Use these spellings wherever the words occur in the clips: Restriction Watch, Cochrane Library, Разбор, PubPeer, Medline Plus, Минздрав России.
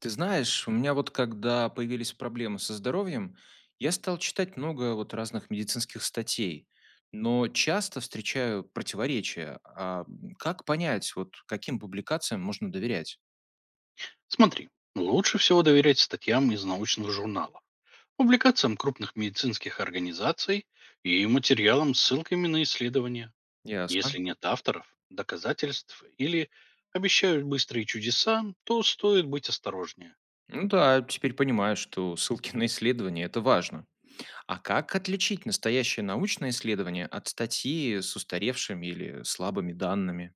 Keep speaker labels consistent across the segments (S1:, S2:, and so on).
S1: Ты знаешь, у меня вот когда появились проблемы со здоровьем, я стал читать много вот разных медицинских статей, но часто встречаю противоречия. Как понять, вот каким публикациям можно доверять?
S2: Смотри, лучше всего доверять статьям из научных журналов, публикациям крупных медицинских организаций и материалам с ссылками на исследования.
S1: Ясно.
S2: Если нет авторов, доказательств или обещают быстрые чудеса, то стоит быть осторожнее.
S1: Ну да, теперь понимаю, что ссылки на исследования– это важно. А как отличить настоящее научное исследование от статьи с устаревшими или слабыми данными?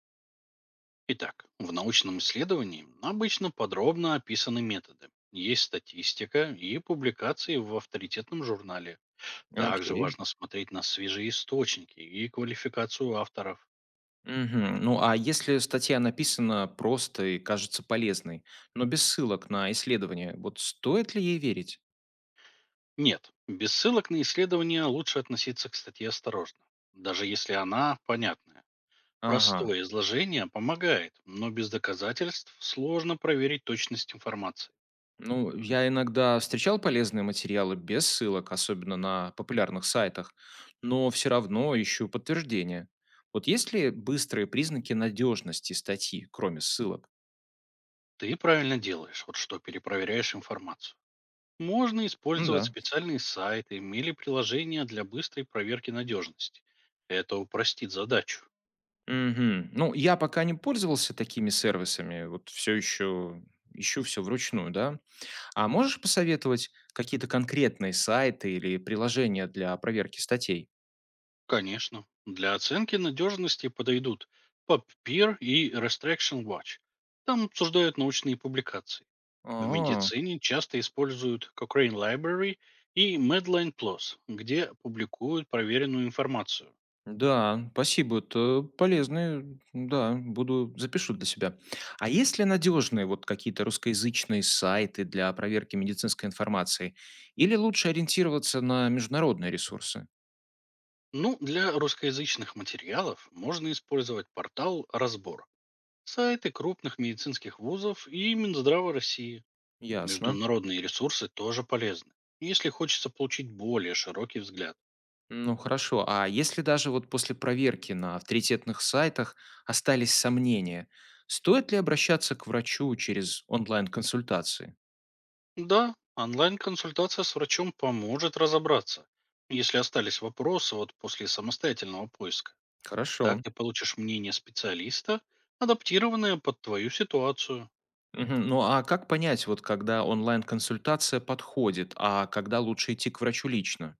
S2: Итак, в научном исследовании обычно подробно описаны методы. Есть статистика и публикации в авторитетном журнале. Также
S1: Окей.
S2: важно смотреть на свежие источники и квалификацию авторов.
S1: Мгм. Ну, а если статья написана просто и кажется полезной, но без ссылок на исследования, вот стоит ли ей верить?
S2: Нет, без ссылок на исследования лучше относиться к статье осторожно, даже если она понятная.
S1: Ага.
S2: Простое изложение помогает, но без доказательств сложно проверить точность информации.
S1: Ну, я иногда встречал полезные материалы без ссылок, особенно на популярных сайтах, но все равно ищу подтверждение. Вот есть ли быстрые признаки надежности статьи, кроме ссылок?
S2: Ты правильно делаешь, вот что перепроверяешь информацию. Можно
S1: Ну
S2: использовать
S1: да.
S2: специальные сайты или приложения для быстрой проверки надежности. Это упростит задачу.
S1: Мгм. Ну, я пока не пользовался такими сервисами, вот все еще ищу все вручную, да. А можешь посоветовать какие-то конкретные сайты или приложения для проверки статей?
S2: Конечно, для оценки надежности подойдут PubPeer и Restriction Watch. Там обсуждают научные публикации. В
S1: А,
S2: медицине часто используют Cochrane Library и Medline Plus, где публикуют проверенную информацию.
S1: да, спасибо, это полезные, да, буду, запишу для себя. А есть ли надежные вот какие-то русскоязычные сайты для проверки медицинской информации? Или лучше ориентироваться на международные ресурсы?
S2: Ну, для русскоязычных материалов можно использовать портал «Разбор», сайты крупных медицинских вузов и Минздрава России.
S1: Ясно.
S2: Международные ресурсы тоже полезны, если хочется получить более широкий взгляд.
S1: Ну хорошо, а если даже вот после проверки на авторитетных сайтах остались сомнения, стоит ли обращаться к врачу через онлайн-консультации?
S2: Да, онлайн-консультация с врачом поможет разобраться, если остались вопросы вот после самостоятельного поиска.
S1: Хорошо.
S2: Так ты получишь мнение специалиста, адаптированное под твою ситуацию.
S1: Мгм. Ну, а как понять, вот когда онлайн-консультация подходит, а когда лучше идти к врачу лично?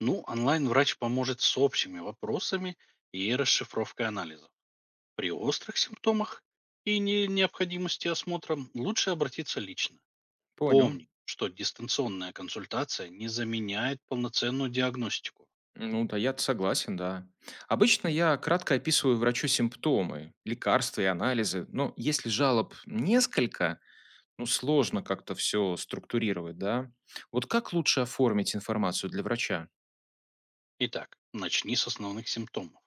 S2: Ну, онлайн-врач поможет с общими вопросами и расшифровкой анализов. При острых симптомах и необходимости осмотра лучше обратиться лично.
S1: Понял.
S2: Помни, что дистанционная консультация не заменяет полноценную диагностику.
S1: Ну да, я согласен, да. Обычно я кратко описываю врачу симптомы, лекарства и анализы, но если жалоб несколько, ну сложно как-то все структурировать, да? Вот как лучше оформить информацию для врача?
S2: Итак, начни с основных симптомов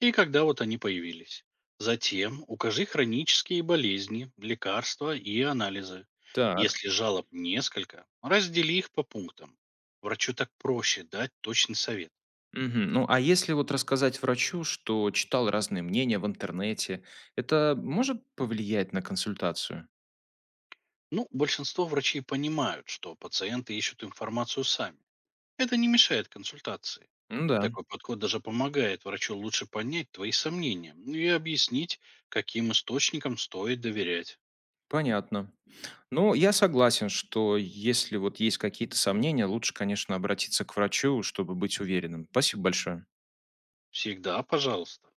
S2: и когда вот они появились. Затем укажи хронические болезни, лекарства и анализы.
S1: Так.
S2: Если жалоб несколько, раздели их по пунктам. Врачу так проще дать точный совет.
S1: Мгм. Ну а если вот рассказать врачу, что читал разные мнения в интернете, это может повлиять на консультацию?
S2: Ну, большинство врачей понимают, что пациенты ищут информацию сами. Это не мешает консультации.
S1: Ну да,
S2: Такой подход даже помогает врачу лучше понять твои сомнения, ну и объяснить, каким источникам стоит доверять.
S1: понятно. Ну, я согласен, что если вот есть какие-то сомнения, лучше, конечно, обратиться к врачу, чтобы быть уверенным. Спасибо большое.
S2: Всегда, пожалуйста.